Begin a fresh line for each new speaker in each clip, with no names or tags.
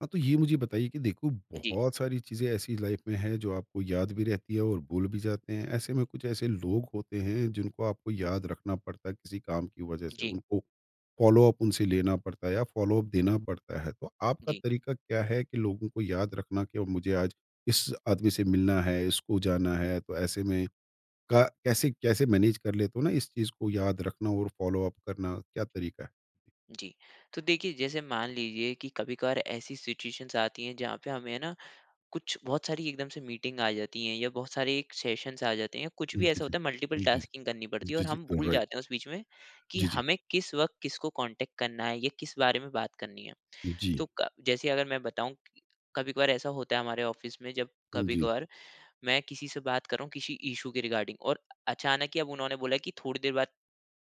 हाँ, तो ये मुझे बताइए कि देखो
जी,
बहुत सारी चीज़ें ऐसी लाइफ में हैं जो आपको याद भी रहती है और भूल भी जाते हैं। ऐसे में कुछ ऐसे लोग होते हैं जिनको आपको याद रखना पड़ता है किसी काम की वज़ह से,
जी,
उनको फ़ॉलो-अप उनसे लेना पड़ता है या फ़ॉलो-अप देना पड़ता है। तो आपका
जी,
तरीका क्या है कि लोगों को याद रखना कि मुझे आज इस आदमी से मिलना है, इसको जाना है, तो ऐसे में का कैसे कैसे मैनेज कर लेते हो ना इस चीज़ को याद रखना और फ़ॉलो-अप करना, क्या तरीका है?
जी। तो देखिए, जैसे मान लीजिए कि कभी-कभार ऐसी सिचुएशंस आती हैं, जहाँ पे हमें ना कुछ बहुत सारी एकदम से मीटिंग आ जाती हैं या बहुत सारे एक सेशंस आ जाते हैं या कुछ भी
जी,
ऐसा
जी।
होता है, मल्टीपल
जी,
टास्किंग करनी पड़ती है और
जी, जी,
हम
जी,
भूल
राइट।
जाते हैं उस बीच में कि
जी, जी।
हमें किस वक़्त किसको कॉन्टैक्ट करना है या किस बारे में बात करनी है।
जी।
तो क जैसे अगर मैं बताऊँ, कभी-कभार ऐसा होता है हमारे ऑफ़िस में जब
जी,
कभी-कभार मैं किसी से बात कर रहा हूँ, किसी इश्यू के रिगार्डिंग, और अचानक ही अब उन्होंने बोला कि थोड़ी देर बाद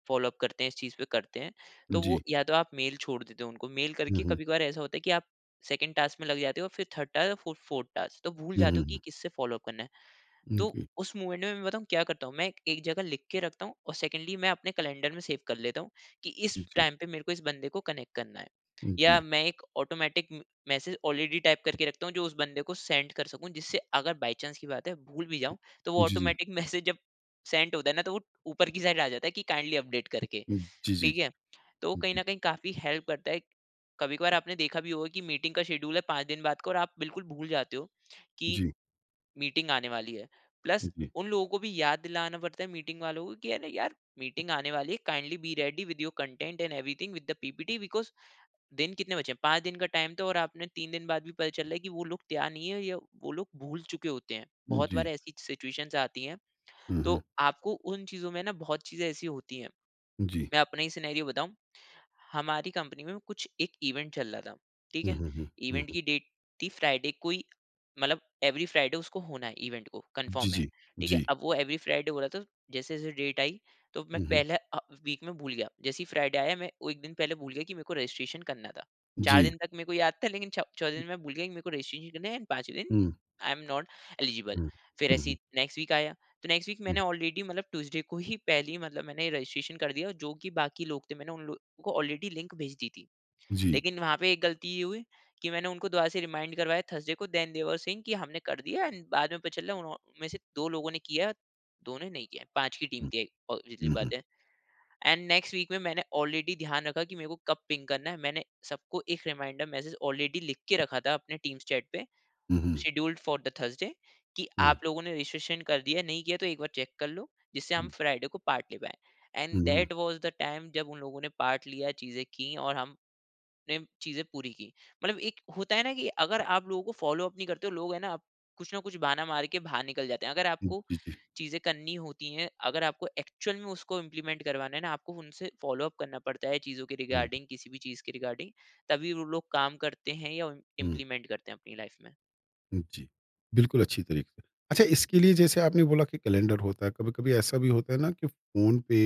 फ़ॉलो अप करते हैं, इस चीज़ पे करते हैं। तो
जी।
वो या तो आप मेल छोड़ देते हो उनको, मेल
हुँ,
करके।
हुँ।
कभी-कभार ऐसा होता है कि आप सेकंड टास्क में लग जाते हो, फिर थर्ड टास्क और फो फोर्थ टास्क, तो भूल
हुँ,
जाते हो
हुँ,
कि
हुँ।
किससे फ़ॉलो अप करना है।
हुँ,
तो
जी,
उस मोमेंट में मैं बताऊँ क्या करता हूँ, मैं एक जगह लिख के रखता हूँ, और सेकंडली मैं अपने कैलेंडर में सेव कर लेता हूँ कि इस
जी,
टाइम पे मेरे को इस बंदे को कनेक्ट करना है। या
जी,
मैं एक ऑटोमैटिक म मैसेज ऑलरेडी टाइप करके रखता हूँ जो उस बंदे को सेंड कर सकूँ, जिससे अगर बाय चांस की बात है भूल भी जाऊँ, तो वो
जी, जी।
ऑटोमैटिक मैसेज जब सेंड होता है ना तो वो ऊपर की साइड आ जाता है कि काइंडली अपडेट करके,
हुँ, जी, जी,
ठीक
जी,
है? तो वो कहीं
जी,
न कहीं काफ़ी हेल्प करता है। कभी-कभार आपने देखा भी होगा कि मीटिंग का शेड्यूल है 5 दिन बाद का, और आप बिल्कुल भूल जाते हो कि
जी,
मीटिंग आने वाली है। प्लस
जी,
उन लोगों को भी याद दिलाना पड़ता है, मीटिंग वालों को कि अरे यार मीटिंग आने वाली है, kindly be ready with your content and everything with the PPT, because दिन कितने बचे हैं, 5 दिन का टाइम था, और आपने 3 दिन बाद भी पता चल रहा है कि वो लोग तैयार नहीं है, या वो लोग भूल चुके होते हैं। बहुत
जी।
बार ऐसी सिचुएशंस आती हैं।
हुँ,
तो
हुँ,
आपको उन चीज़ों में ना बहुत चीज़ें ऐसी होती हैं।
जी।
मैं अपना ही सिनेरियो बताऊँ। हमारी कंपनी में कुछ एक इवेंट चल रहा था, ठीक
हुँ,
है।
हुँ, हुँ, हुँ,
इवेंट
हुँ।
की डेट थी फ्राइडे को ही, मतलब एवरी फ्राइडे उसको होना है, इवेंट को
जी,
कंफर्म है,
जी,
ठीक है।
जी।
अब वो एवरी फ्राइडे हो रहा था। जैसे जैसे डेट आई, तो मैं
हुँ, हुँ,
पहले वीक में भूल गया। जैसे ही फ्राइडे आया, मैं वो एक दिन पहले भूल गया कि मेरे को रजिस्ट्रेशन करना था। चार
जी।
दिन तक मेरे को याद था, लेकिन 14 दिन मैं भूल गया कि मेरे को रजिस्ट्रेशन करना है, एंड 5वें दिन
हुँ,
आई एम नॉट एलिजिबल।
हुँ,
फिर
हुँ,
ऐसे
हुँ,
नेक्स्ट वीक आया, तो नेक्स्ट वीक
हुँ।
मैंने ऑलरेडी मतलब ट्यूसडे को ही पहले ही, मतलब मैंने रजिस्ट्रेशन कर दिया। जो कि बाकी लोग थे, मैंने को ऑलरेडी लिंक भेज दी थी।
जी।
लेकिन वहाँ पे एक गलती ये हुई कि मैंने उनको दोबारा से रिमाइंड करवाया थर्सडे को। देन दे वर सेइंग कि हमने कर दिया, एंड बाद में पता चला उन्हों में से 2 लोगों ने किया, 2 ने नहीं किया। 5 की टीम
हुँ,
थी, ऑब्वियसली
हुँ, हुँ,
बात है। एंड नेक्स्ट वीक में मैंने ऑलरेडी ध्यान रखा कि मेरे को कब पिंग करना है। मैंने सबको एक रिमाइंडर मैसेज ऑलरेडी लिख के रखा था अपने टीम्स चैट पे,
हुँ, हुँ,
शेड्यूल्ड फॉर द थर्सडे, कि
हुँ,
आप लोगों ने रजिस्ट्रेशन कर दिया है, नहीं किया तो एक बार चेक कर लो, जिससे हम
हुँ,
फ्राइडे को पार्ट ले पाएँ। एंड
हुँ, हुँ।
दैट वाज़ द टाइम जब उन लोगों ने पार्ट लिया, चीज़ें की, और हम ने चीज़ें पूरी की। मतलब एक होता है ना, कि अगर आप लोगों को फ़ॉलो-अप नहीं करते हो, लोग है ना, आप कुछ ना कुछ बहाना मार के बाहर निकल जाते हैं। अगर
जी,
आपको
जी।
चीज़ें करनी होती हैं, अगर आपको एक्चुअल में उसको इम्प्लीमेंट करवाना है ना, आपको उनसे फ़ॉलो-अप करना पड़ता है चीज़ों के
हुँ,
रिगार्डिंग, किसी भी चीज़ के रिगार्डिंग, तभी वो लोग काम करते हैं या
हुँ।
इम्प्लीमेंट करते हैं अपनी लाइफ़ में।
जी, बिल्कुल अच्छी तरीके से। अच्छा इसके
जी,
लिए जैसे आपने बोला कि कैलेंडर होता है, कभी-कभी ऐसा भी होता है ना कि फ़ोन पे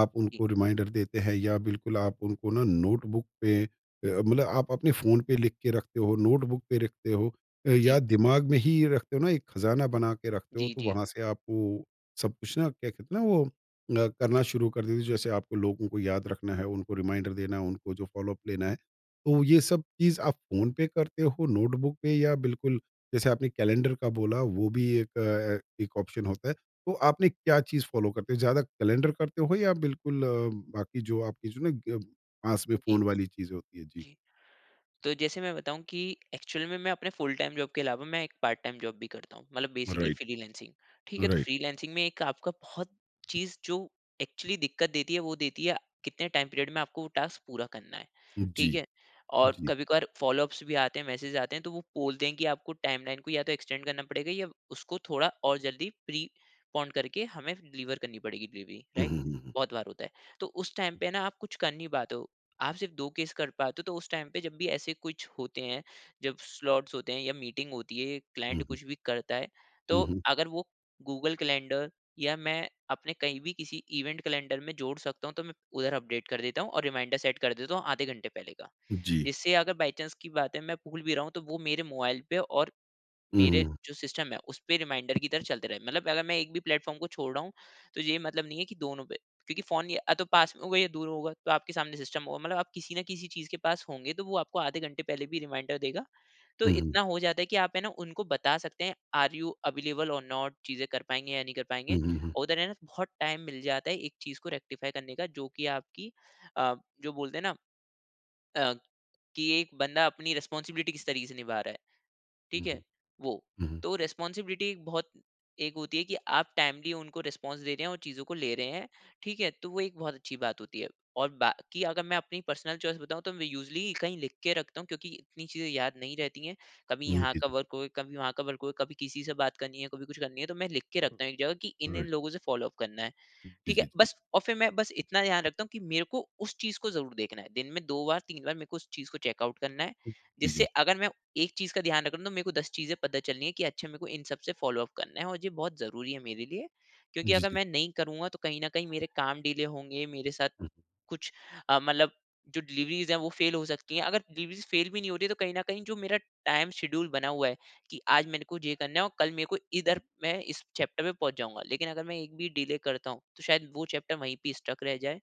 आप
जी।
उनको रिमाइंडर देते हैं या बिल्कुल आप उनको ना नोटबुक पे मतलब आप अपने फ़ोन पे लिख के रखते हो, नोटबुक पे रखते हो
जी,
या दिमाग में ही रखते हो ना एक खज़ाना बना के रखते हो,
जी,
तो
जी।
वहाँ से आप वो सब कुछ ना क्या कहते हैं ना वो करना शुरू कर देते हो। जैसे आपको लोगों को याद रखना है, उनको रिमाइंडर देना है, उनको जो फ़ॉलो अप लेना है। तो ये सब चीज़ आप फ़ोन पे करते हो, नोटबुक पे या बिल्कुल जैसे आपने कैलेंडर का बोला वो भी एक एक ऑप्शन होता है। तो आपने क्या चीज़ फ़ॉलो करते हो? ज़्यादा कैलेंडर करते हो या बिल्कुल बाकी जो आपकी जो ना ग पास में
जी,
फ़ोन वाली चीज़ें होती है? जी।
जी। तो जैसे मैं बताऊँ कि एक्चुअल में मैं अपने फुल टाइम जॉब के अलावा मैं एक पार्ट टाइम जॉब भी करता हूँ, मतलब बेसिकली
राइट,
फ्रीलैंसिंग, ठीक है। तो
राइट।
फ्रीलैंसिंग में एक आपका बहुत चीज़ जो एक्चुअली दिक्कत देती है, वो देती है कितने टाइम पीरियड में आपको वो टास्क पूरा करना है,
जी,
ठीक है। और
जी।
कभी कभार फॉलोअप्स भी आते हैं, मैसेज आते हैं, तो वो बोलते हैं कि आपको टाइमलाइन को या तो एक्सटेंड करना पड़ेगा, या उसको थोड़ा और जल्दी प्री पॉन्ड करके हमें डिलीवर करनी पड़ेगी डिलीवरी,
हुँ,
राइट।
हुँ, हुँ, हुँ।
बहुत बार होता है, तो उस टाइम पे ना आप कुछ कर नहीं पाते हो, आप सिर्फ 2 केस कर पाते हो। तो उस टाइम पे जब भी ऐसे कुछ होते हैं, जब स्लॉट्स होते हैं या मीटिंग होती है, क्लाइंट
हुँ, हुँ।
कुछ भी करता है,
हुँ,
तो
हुँ।
अगर वो गूगल कैलेंडर या मैं अपने कहीं भी किसी इवेंट कैलेंडर में जोड़ सकता हूँ, तो मैं उधर अपडेट कर देता हूँ और रिमाइंडर सेट कर देता हूँ आधे घंटे पहले का।
जी।
इससे अगर बाई चांस की बात है, मैं भूल भी रहा हूँ, तो वो मेरे मोबाइल पे और
हुँ,
मेरे
हुँ।
जो सिस्टम है उस पे रिमाइंडर की तरह चलते रहे। मतलब अगर मैं एक भी प्लेटफॉर्म को छोड़ रहा हूँ, तो ये मतलब नहीं है कि दोनों पे, क्योंकि फोन या तो पास में होगा या दूर होगा, तो आपके सामने सिस्टम होगा, मतलब आप किसी ना किसी चीज के पास होंगे, तो वो आपको आधे घंटे पहले भी रिमाइंडर देगा। तो
हुँ, हुँ।
इतना हो जाता है कि आप है ना उनको बता सकते हैं आर यू अवेलेबल और नॉट, चीजें कर पाएंगे या नहीं कर पाएंगे।
हुँ, हुँ, हुँ।
और उधर है ना बहुत टाइम मिल जाता है एक चीज को रेक्टिफाई करने का, जो कि आपकी अ, जो बोलते हैं ना, अ, कि एक बंदा अपनी रिस्पॉन्सिबिलिटी किस तरीके से निभा रहा है, ठीक
हुँ,
है।
हुँ।
वो,
हुँ, हुँ।
तो रिस्पॉन्सिबिलिटी एक बहुत एक होती है कि आप टाइमली उनको रिस्पॉन्स दे रहे हैं और चीज़ों को ले रहे हैं, ठीक है। तो वो एक बहुत अच्छी बात होती है। और बाकी अगर मैं अपनी पर्सनल चॉइस बताऊं, तो मैं यूजली कहीं लिख के रखता हूँ, क्योंकि इतनी चीज़ें याद नहीं रहती हैं। कभी
हुँ,
यहाँ
जी,
का
जी।
वर्क हो, कभी वहाँ का वर्क हो, कभी किसी से बात करनी है, कभी कुछ करनी है, तो मैं लिख के रखता हूँ एक जगह कि इन इन
राइट।
लोगों से फॉलो अप करना है,
जी,
ठीक है?
जी, जी।
बस। और फिर मैं बस इतना ध्यान रखता हूँ कि मेरे को उस चीज़ को ज़रूर देखना है। दिन में 2 बार, 3 बार मेरे को उस चीज़ को चेकआउट करना है,
जी,
जिससे
जी।
अगर मैं एक चीज़ का ध्यान रख रहा हूँ, तो मेरे को 10 चीज़ें पता चलनी है कि अच्छा मेरे को इन सब से फ़ॉलो अप करना है, और ये बहुत ज़रूरी है मेरे लिए। क्योंकि
जी,
अगर
जी।
मैं नहीं करूँगा, तो कहीं न कहीं मेरे काम डिले होंगे, मेरे साथ
हुँ,
कुछ मतलब जो डिलीवरीज़ हैं वो फ़ेल हो सकती हैं। अगर डिलीवरीज़ फ़ेल भी नहीं हो रही है, तो कहीं न कहीं जो मेरा टाइम शेड्यूल बना हुआ है कि आज मेरे को ये करना है और कल मेरे को इधर मैं इस चैप्टर में पहुँच जाऊँगा, लेकिन अगर मैं एक भी डिले करता हूँ तो शायद वो चैप्टर वहीं पे स्टक रह जाए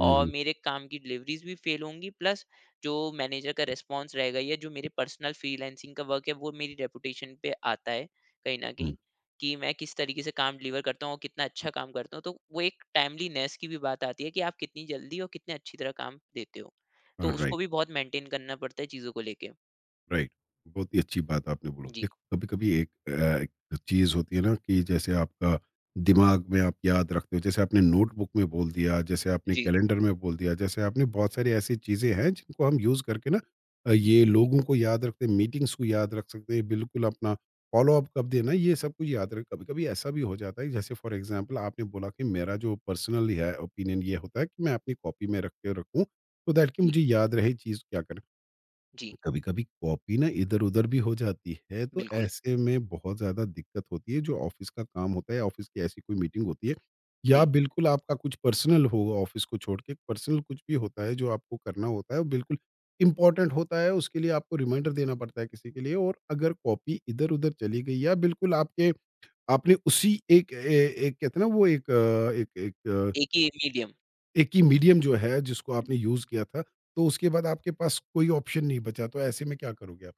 हुँ। हुँ,
और
हुँ।
मेरे काम की डिलीवरीज़ भी फ़ेल होंगी, प्लस जो मैनेजर का रिस्पॉन्स रहेगा या जो मेरे पर्सनल फ्रीलांसिंग का वर्क है वो मेरी रेपुटेशन पे आता है, कहीं न कहीं। कि मैं किस तरीके से काम डिलीवर करता हूँ और कितना अच्छा काम करता हूँ। तो वो एक टाइमलीनेस की भी बात आती है कि आप कितनी जल्दी और कितने अच्छी तरह काम देते हो। तो
हुँ,
उसको
राइट।
भी बहुत मेंटेन करना पड़ता है चीज़ों को लेके।
राइट। बहुत ही अच्छी बात आपने बोला।
जी,
देखो, कभी-कभी एक एक चीज़ होती है ना कि जैसे आपका दिमाग में आप याद रखते हो, जैसे आपने नोटबुक में बोल दिया, जैसे आपने
जी,
कैलेंडर में बोल दिया, जैसे आपने बहुत सारी ऐसी चीज़ें हैं जिनको हम यूज़ करके ना ये
जी,
लोगों को याद रखते हैं, मीटिंग्स को याद रख सकते हैं, बिल्कुल अपना फ़ॉलो-अप कब देना है, ये सब कुछ याद रख कभी-कभी ऐसा भी हो जाता है, जैसे फॉर एग्ज़ाम्पल आपने बोला कि मेरा जो पर्सनल है ओपिनियन ये होता है कि मैं अपनी कॉपी में रख के रखूँ, सो दैट कि
जी,
मुझे याद रहे चीज़ क्या करना है।
जी,
कभी कभी कॉपी ना इधर उधर भी हो जाती है तो
बिल्कुल।
ऐसे में बहुत ज्यादा दिक्कत होती है जो ऑफिस का काम होता है ऑफिस की ऐसी कोई मीटिंग होती है या
जी,
बिल्कुल आपका कुछ पर्सनल होगा ऑफिस को छोड़ के पर्सनल कुछ भी होता है जो आपको करना होता है वो बिल्कुल इंपॉर्टेंट होता है उसके लिए आपको रिमाइंडर देना पड़ता है किसी के लिए और अगर कॉपी इधर उधर चली गई या बिल्कुल आपके आपने उसी एक एक कहते हैं ना वो एक एक एक
एक ही मीडियम।
एक ही मीडियम जो है जिसको आपने यूज किया था तो उसके बाद आपके पास कोई ऑप्शन नहीं बचा तो ऐसे में क्या करोगे आप।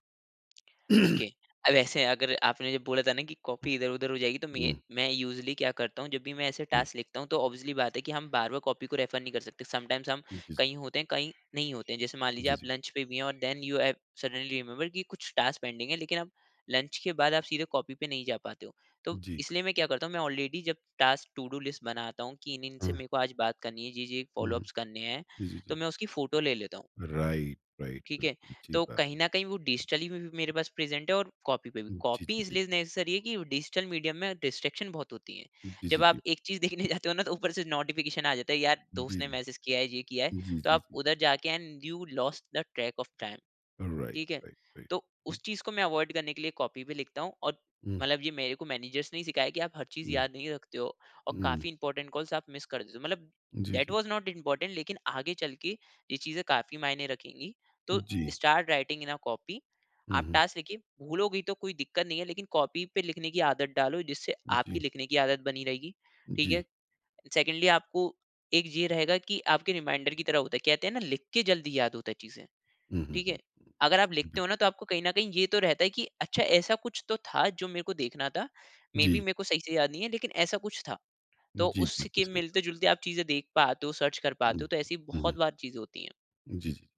हुँ,
ओके। अब ऐसे अगर आपने जब बोला था ना कि कॉपी इधर-उधर हो जाएगी, तो मैं
हुँ,
मैं यूज़ुअली क्या करता हूँ, जब भी मैं ऐसे टास्क लिखता हूँ तो ऑब्वियसली बात है कि हम बार-बार कॉपी को रेफर नहीं कर सकते। समटाइम्स हम
जी, जी।
कहीं होते हैं, कहीं नहीं होते हैं। जैसे मान लीजिए
जी,
आप
जी।
लंच पे भी हैं, और then you have suddenly remember कि कुछ टास्क पेंडिंग है, लेकिन आप लंच के बाद आप सीधे कॉपी पे नहीं जा पाते हो। तो
जी।
इसलिए मैं क्या करता हूँ, मैं ऑलरेडी जब टास्क टू डू लिस्ट बनाता हूँ कि इन-इन से
हाँ,
मेरे को आज बात करनी है, ये-ये
हुँ,
फॉलो
हुँ।
अप्स करने हैं,
जी, जी, जी।
तो मैं उसकी फ़ोटो ले लेता हूँ।
राइट, राइट,
ठीक है?
बिल्कुल, अच्छी
तो
बात
कहीं
है।
न कहीं वो डिजिटली में भी मेरे पास प्रेज़ेंट है और कॉपी पे भी।
जी,
कॉपी
जी, जी।
इसलिए नेसेसरी है कि डिजिटल मीडियम में डिस्ट्रैक्शन बहुत होती है।
जी,
जब
जी,
आप
जी।
एक चीज़ देखने जाते हो ना तो ऊपर से नोटिफ़िकेशन आ जाता है, यार
जी,
दोस्त ने
जी।
मैसेज किया है, ये किया है।
जी,
तो
जी,
आप
जी।
उधर जाके and you lost the track of time.
Right,
ठीक है?
Right, right.
तो
हुँ,
उस चीज़ को मैं अवॉइड करने के लिए कॉपी पे लिखता हूँ और मतलब ये मेरे को मैनेजर्स ने ही सिखाया कि आप हर चीज़
हुँ,
याद नहीं रखते हो और
हुँ।
काफ़ी इंपॉर्टेंट कॉल्स आप मिस कर देते हो। मतलब
जी,
दैट
जी।
वाज़ नॉट इंपॉर्टेंट लेकिन आगे चल के ये चीज़ें काफ़ी मायने रखेंगी। तो
जी।
Start writing in a copy.
हुँ,
आप
हुँ।
टास्क लिखिए, भूलोगी तो कोई दिक्कत नहीं है लेकिन कॉपी पे लिखने की आदत डालो जिससे आपकी
जी,
लिखने की आदत बनी रहेगी। ठीक है?
जी।
सेकेंडली आपको एक ये रहेगा कि आपके रिमाइंडर की तरह होता है। कहते हैं ना लिख के जल्दी याद होता है चीज़ें।
हुँ, हुँ,
ठीक है?
हुँ।
अगर आप लिखते
बिल
हो ना तो आपको कहीं न कहीं ये तो रहता है कि अच्छा ऐसा कुछ तो था जो मेरे को देखना था। मे बी
जी,
मेरे को सही से याद नहीं है लेकिन ऐसा कुछ था। तो
जी, बिल्कुल
उसके
सही बात।
मिलते-जुलते आप चीज़ें देख पाते हो, सर्च कर पाते
हुँ,
हो तो ऐसी
हुँ,
बहुत
हुँ।
बार चीज़ें होती हैं।
जी, जी।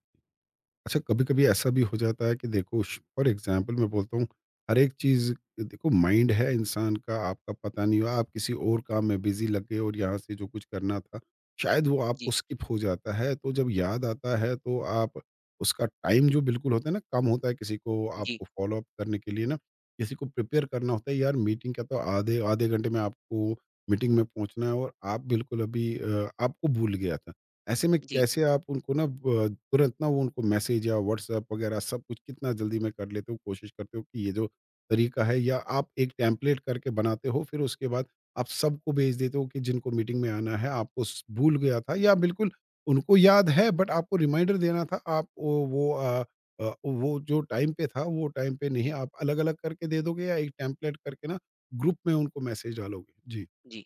अच्छा कभी-कभी ऐसा भी हो जाता है कि देखो श फॉर एग्ज़ाम्पल मैं बोलता हूँ, हर एक चीज़ देखो माइंड है इंसान का आपका पता नहीं हुआ, आप किसी और काम में बिज़ी लग गए और यहाँ से जो कुछ करना था, शायद वो आपको
जी,
स्किप हो जाता है। तो जब याद आता है तो आप उसका टाइम जो बिल्कुल होता है ना कम होता है किसी को
जी,
आपको फ़ॉलो अप करने के लिए ना, किसी को प्रिपेयर करना होता है यार मीटिंग का तो आधे आधे घंटे में आपको मीटिंग में पहुँचना है और आप बिल्कुल अभी आपको भूल गया था। ऐसे में
जी,
कैसे आप उनको ना ब तुरंत ना वो उनको मैसेज या व्हाट्सएप वगैरह सब कुछ कितना जल्दी में कर लेते हो, कोशिश करते हो कि ये जो तरीका है या आप एक टेम्पलेट करके बनाते हो, फिर उसके बाद आप सबको भेज देते हो कि जिनको मीटिंग में आना है, आपको स भूल गया था या बिल्कुल उनको याद है बट आपको रिमाइंडर देना था, आप वो वो जो टाइम पे था, वो टाइम पे नहीं
जी।
आप अलग-अलग करके दे दोगे या एक टेम्पलेट करके ना ग्रुप में उनको मैसेज डालोगे? जी।
जी,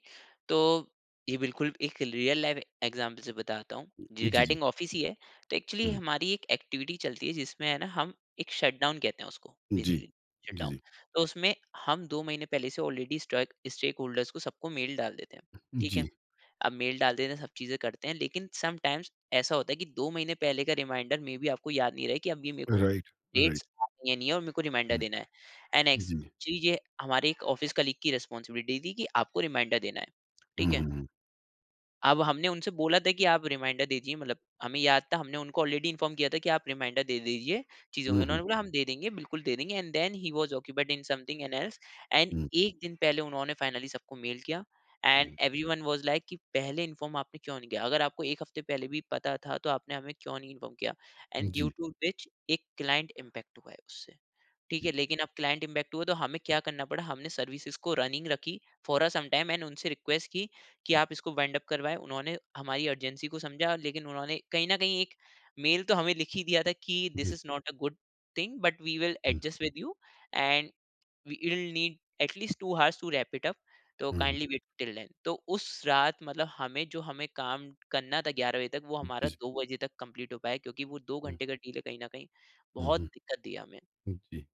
तो ये बिल्कुल एक रियल लाइफ एग्ज़ाम्पल से बताता हूँ,
जी, जी।
रिगार्डिंग ऑफ़िस ही है। तो एक्चुअली
हुँ।
हमारी एक एक्टिविटी चलती है जिसमें है ना हम एक शटडाउन कहते हैं उसको
जी।
बेसिकली
जी,
शटडाउन।
जी।
तो उसमें हम 2 महीने पहले से ऑलरेडी स्टॉक स्टेकहोल्डर्स को सबको मेल डाल देते हैं, ठीक है?
जी।
अब मेल डाल देते हैं, सब चीज़ें करते हैं, लेकिन समटाइम्स ऐसा होता है कि 2 महीने पहले का रिमाइंडर मे बी आपको याद नहीं रहे कि अब ये मेरे को
राइट, राइट।
डेट्स आनी है नहीं है और मेरे को रिमाइंडर
हुँ,
देना है। एंड नेक्स्ट
जी।
चीज़ ये हमारे एक ऑफ़िस कलीग की रिस्पॉन्सिबिलिटी थी कि आपको रिमाइंडर देना है, ठीक
हुँ,
है?
हुँ, हुँ।
अब हमने उनसे बोला था कि आप रिमाइंडर दे दीजिए मतलब हमें याद था हमने उनको ऑलरेडी इन्फॉर्म किया था कि आप रिमाइंडर दे दीजिए चीज़ों में।
हुँ, हुँ,
उन्होंने बोला हम दे देंगे, बिल्कुल दे देंगे and then he was occupied in something and else. And
हुँ,
1 दिन पहले उन्होंने फाइनली सबको मेल किया एंड
हुँ।
एवरीवन वाज़ लाइक कि पहले इन्फॉर्म आपने क्यों नहीं किया? अगर आपको 1 हफ्ते पहले भी पता था तो आपने हमें क्यों नहीं इन्फॉर्म किया? एंड ड्यू
जी,
टू व्हिच एक क्लाइंट इम्पैक्ट हुआ है उससे। ठीक
जी,
है
जी।
लेकिन अब क्लाइंट इम्पैक्ट हुआ तो हमें क्या करना पड़ा, हमने सर्विसेज को रनिंग रखी for a some time and उनसे रिक्वेस्ट की कि आप इसको वाइंड अप करवाएं। उन्होंने हमारी अर्जेंसी को समझा लेकिन उन्होंने कहीं ना कहीं एक मेल तो हमें लिख ही दिया था कि दिस
जी।
Is not a good thing but we will
हुँ,
adjust with you and we will need at least two hours to wrap it up, तो
हुँ, हुँ।
Kindly wait till then. तो उस रात मतलब हमें जो हमें काम करना था 11 बजे तक, वो
जी,
हमारा
जी।
2 बजे तक कंप्लीट हो पाया क्योंकि वो दो
हुँ,
घंटे का डील है कहीं ना कहीं।
हुँ,
बहुत
हुँ।
दिक्कत दिया हमें।
जी।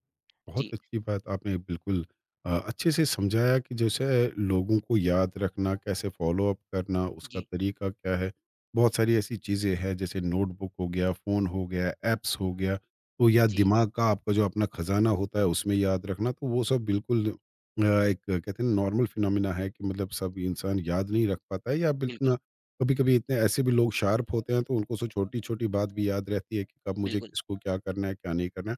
बहुत
जी
अच्छी बात आपने बिल्कुल अच्छे से समझाया कि जैसे लोगों को याद रखना, कैसे फॉलो अप करना, उसका
जी
तरीका क्या है। बहुत सारी ऐसी चीज़ें हैं जैसे नोटबुक हो गया, फ़ोन हो गया, ऐप्स हो गया, तो या
जी,
दिमाग का आपका जो अपना खज़ाना होता है उसमें याद रखना, तो वो सब बिल्कुल एक कहते हैं नॉर्मल फिनोमिना है कि मतलब सब इंसान याद नहीं रख पाता है या
बिल्कुल,
बितना कभी-कभी इतने ऐसे भी लोग शार्प होते हैं तो उनको सो छोटी-छोटी बात भी याद रहती है कि कब मुझे
बिल्कुल,
किसको क्या करना है, क्या नहीं करना है।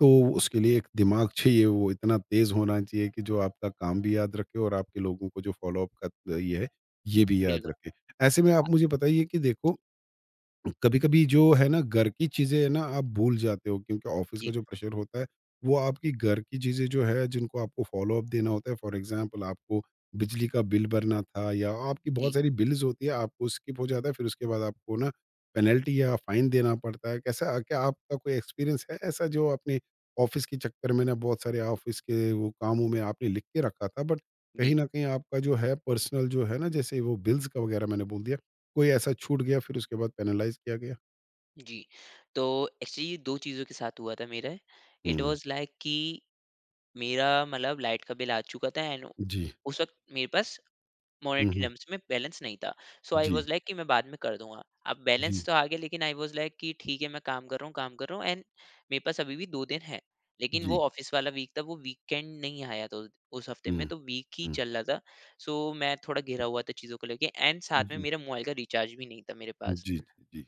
तो उसके लिए एक दिमाग चाहिए, वो इतना तेज़ होना चाहिए कि जो आपका काम भी याद रखे और आपके लोगों को जो फ़ॉलो अप का ये है, ये भी याद
बिल्कुल।
रखे। ऐसे में आप मुझे बताइए कि देखो कभी-कभी जो है ना घर की चीज़ें है ना आप भूल जाते हो क्योंकि ऑफ़िस का
जी,
जो प्रेशर होता है, वो आपकी घर की चीज़ें जो है जिनको आपको फ़ॉलो-अप देना होता है फ़ॉर एग्ज़ाम्पल आपको बिजली का बिल भरना था या आपकी
जी,
बहुत सारी बिल्स होती है आपको स्किप हो जाता है फिर उसके बाद आपको ना पेनल्टी या फ़ाइन देना पड़ता है। कैसा क्या आपका कोई एक्सपीरियंस है ऐसा जो आपने ऑफ़िस के चक्कर में ना बहुत सारे ऑफ़िस के वो कामों में आपने लिख के रखा था बट कहीं
जी,
न कहीं आपका जो है पर्सनल जो है ना जैसे वो बिल्स का वग़ैरह मैंने बोल दिया कोई ऐसा छूट गया फिर उसके बाद पेनलाइज़ किया गया?
जी। तो एक्चुअली ये 2 चीज़ों के साथ हुआ था मेरे। It
hmm.
वाज़ लाइक कि मेरा मतलब लाइट का बिल आ चुका था एंड
जी।
उस वक़्त मेरे पास
हुँ,
मॉनेटरी
हुँ।
टर्म्स में बैलेंस नहीं था। सो आई
जी,
वाज़ लाइक कि मैं बाद में कर दूँगा। अब
जी,
बैलेंस तो आ गया लेकिन आई वाज़ लाइक कि ठीक है मैं काम कर रहा हूँ, काम कर रहा हूँ एंड मेरे पास अभी भी 2 दिन है। लेकिन वो
जी।
ऑफ़िस वाला वीक था, वो वीकेंड नहीं आया था, उस हफ़्ते में
हुँ,
तो वीक ही
हुँ।
चल रहा था। सो मैं थोड़ा घिरा हुआ था चीज़ों को लेके एंड साथ में
जी,
मेरा मोबाइल का रिचार्ज भी नहीं था मेरे पास।
जी, जी,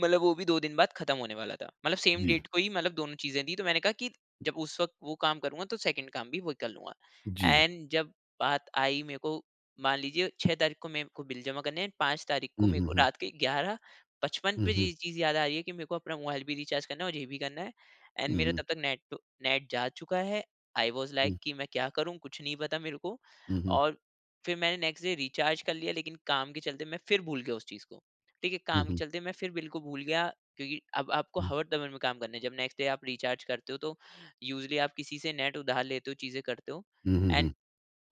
मतलब वो भी 2 दिन बाद खत्म होने वाला था। मतलब सेम
जी,
डेट को ही मतलब दोनों चीज़ें दी, तो मैंने कहा कि जब उस वक़्त वो काम करूँगा तो सेकंड काम भी वही कर लूँगा।
जी।
एंड जब बात आई मेरे को, मान लीजिए 6 तारीख को मेरे को बिल जमा करने हैं, 5 तारीख को
हुँ,
मेरे
हुँ,
को
हुँ।
रात के 11:55
हुँ,
पे
हुँ।
ये चीज़ याद आ रही है कि मेरे को अपना मोबाइल भी रिचार्ज करना है और ये भी करना है। एंड मेरा तब तक नेट तो नेट जा चुका है। आई वाज़
हुँ,
लाइक
हुँ।
कि मैं क्या करूँ? कुछ नहीं पता मेरे को।
हुँ, हुँ, हुँ।
और फिर मैंने नेक्स्ट डे रिचार्ज कर लिया, लेकिन काम के चलते मैं फिर भूल गया उस चीज़ को। ठीक है,
हुँ,
काम के
हुँ।
चलते मैं फिर बिल को भूल गया क्योंकि अब आपको
हुँ।
हवर दबर में काम करना है। जब नेक्स्ट डे आप रिचार्ज करते हो तो यूजली आप किसी से नेट उधार लेते हो, चीजें करते हो
हुँ, हुँ,
एंड
हुँ।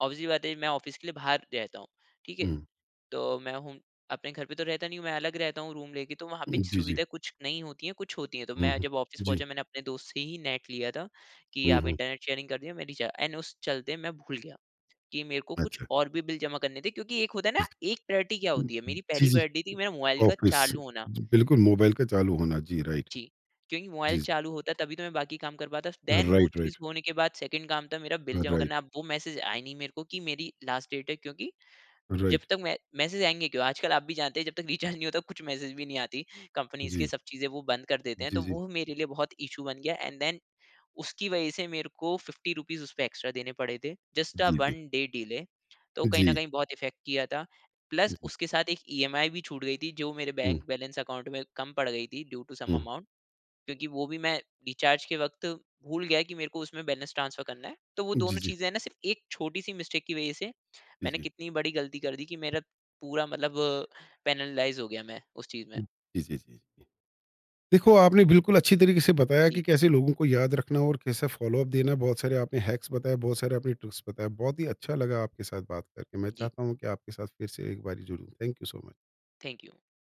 ऑब्वियसली बात है मैं ऑफिस के लिए बाहर रहता हूँ, ठीक है?
हुँ।
तो मैं हूँ, अपने घर पे तो रहता नहीं हूँ, मैं अलग रहता हूँ रूम लेके, तो वहाँ पे
हुँ, जी, जी।
सुविधा कुछ नहीं होती है, कुछ होती है। तो
हुँ,
मैं
हुँ।
जब ऑफिस
जी।
पहुंचा मैंने अपने दोस्त से ही नेट लिया था कि
हुँ,
आप
हुँ।
इंटरनेट शेयरिंग कर दिया, मैं रिचार्ज एंड उस चलते मैं भूल गया कि मेरे को कुछ
अच्छा।
और भी बिल जमा करने थे क्योंकि एक होता है ना एक प्रायोरिटी क्या
जी,
होती है। मेरी
जी,
पहली
जी।
प्रायोरिटी थी मेरा मोबाइल का
ऑफ़िस।
चालू होना,
बिल्कुल मोबाइल का चालू होना। जी, राइट।
जी, क्योंकि मोबाइल
जी, जी।
चालू होता तभी तो मैं बाकी काम कर पाता। देन वो
राइट,
चीज़
राइट,
होने के बाद सेकंड काम था मेरा बिल जमा
राइट,
करना। अब वो मैसेज आए नहीं मेरे को कि मेरी लास्ट डेट है, क्योंकि जब
राइट।
तक मैं, मैसेज आएँगे क्यों? आजकल आप भी जानते हैं जब तक रिचार्ज नहीं होता कुछ मैसेज भी नहीं आती। कंपनीज़ के
जी,
सब चीज़ें वो बंद कर देते हैं,
जी,
तो
जी।
वो मेरे लिए बहुत इश्यू बन गया एंड देन उसकी वज़ह से मेरे को ₹50 रुपीज़ उस पे एक्स्ट्रा देने पड़े थे। जस्ट अ
जी, जी।
1 डे डिले। तो कहीं न
जी,
कहीं बहुत इफ़ेक्ट किया था। प्लस
जी।
उसके साथ एक ईएमआई भी छूट गई थी जो मेरे
हुँ,
बैंक बैलेंस अकाउंट में कम पड़ गई थी ड्यू टू सम
हुँ।
अमाउंट। क्योंकि वो भी मैं रिचार्ज के वक़्त भूल गया कि मेरे को उसमें बैलेंस ट्रांसफ़र करना है। तो वो
जी,
दोनों
जी।
चीज़ें हैं ना, सिर्फ़ एक छोटी-सी मिस्टेक की वज़ह से
जी,
मैंने
जी।
कितनी बड़ी गलती कर दी कि मेरा पूरा मतलब पेनलाइज़ हो गया मैं उस चीज़ में।
जी, जी, जी, जी। देखो, आपने बिल्कुल अच्छी तरीके से बताया कि
जी,
कैसे लोगों को याद रखना और कैसे फ़ॉलो अप देना, बहुत सारे आपने हैक्स बताए, बहुत सारे आपने ट्रिक्स बताए। बहुत ही अच्छा लगा आपके साथ बात करके। मैं
जी।
चाहता हूँ कि आपके साथ फिर से एक बारी जुड़ूँ। Thank you so much.
Thank you.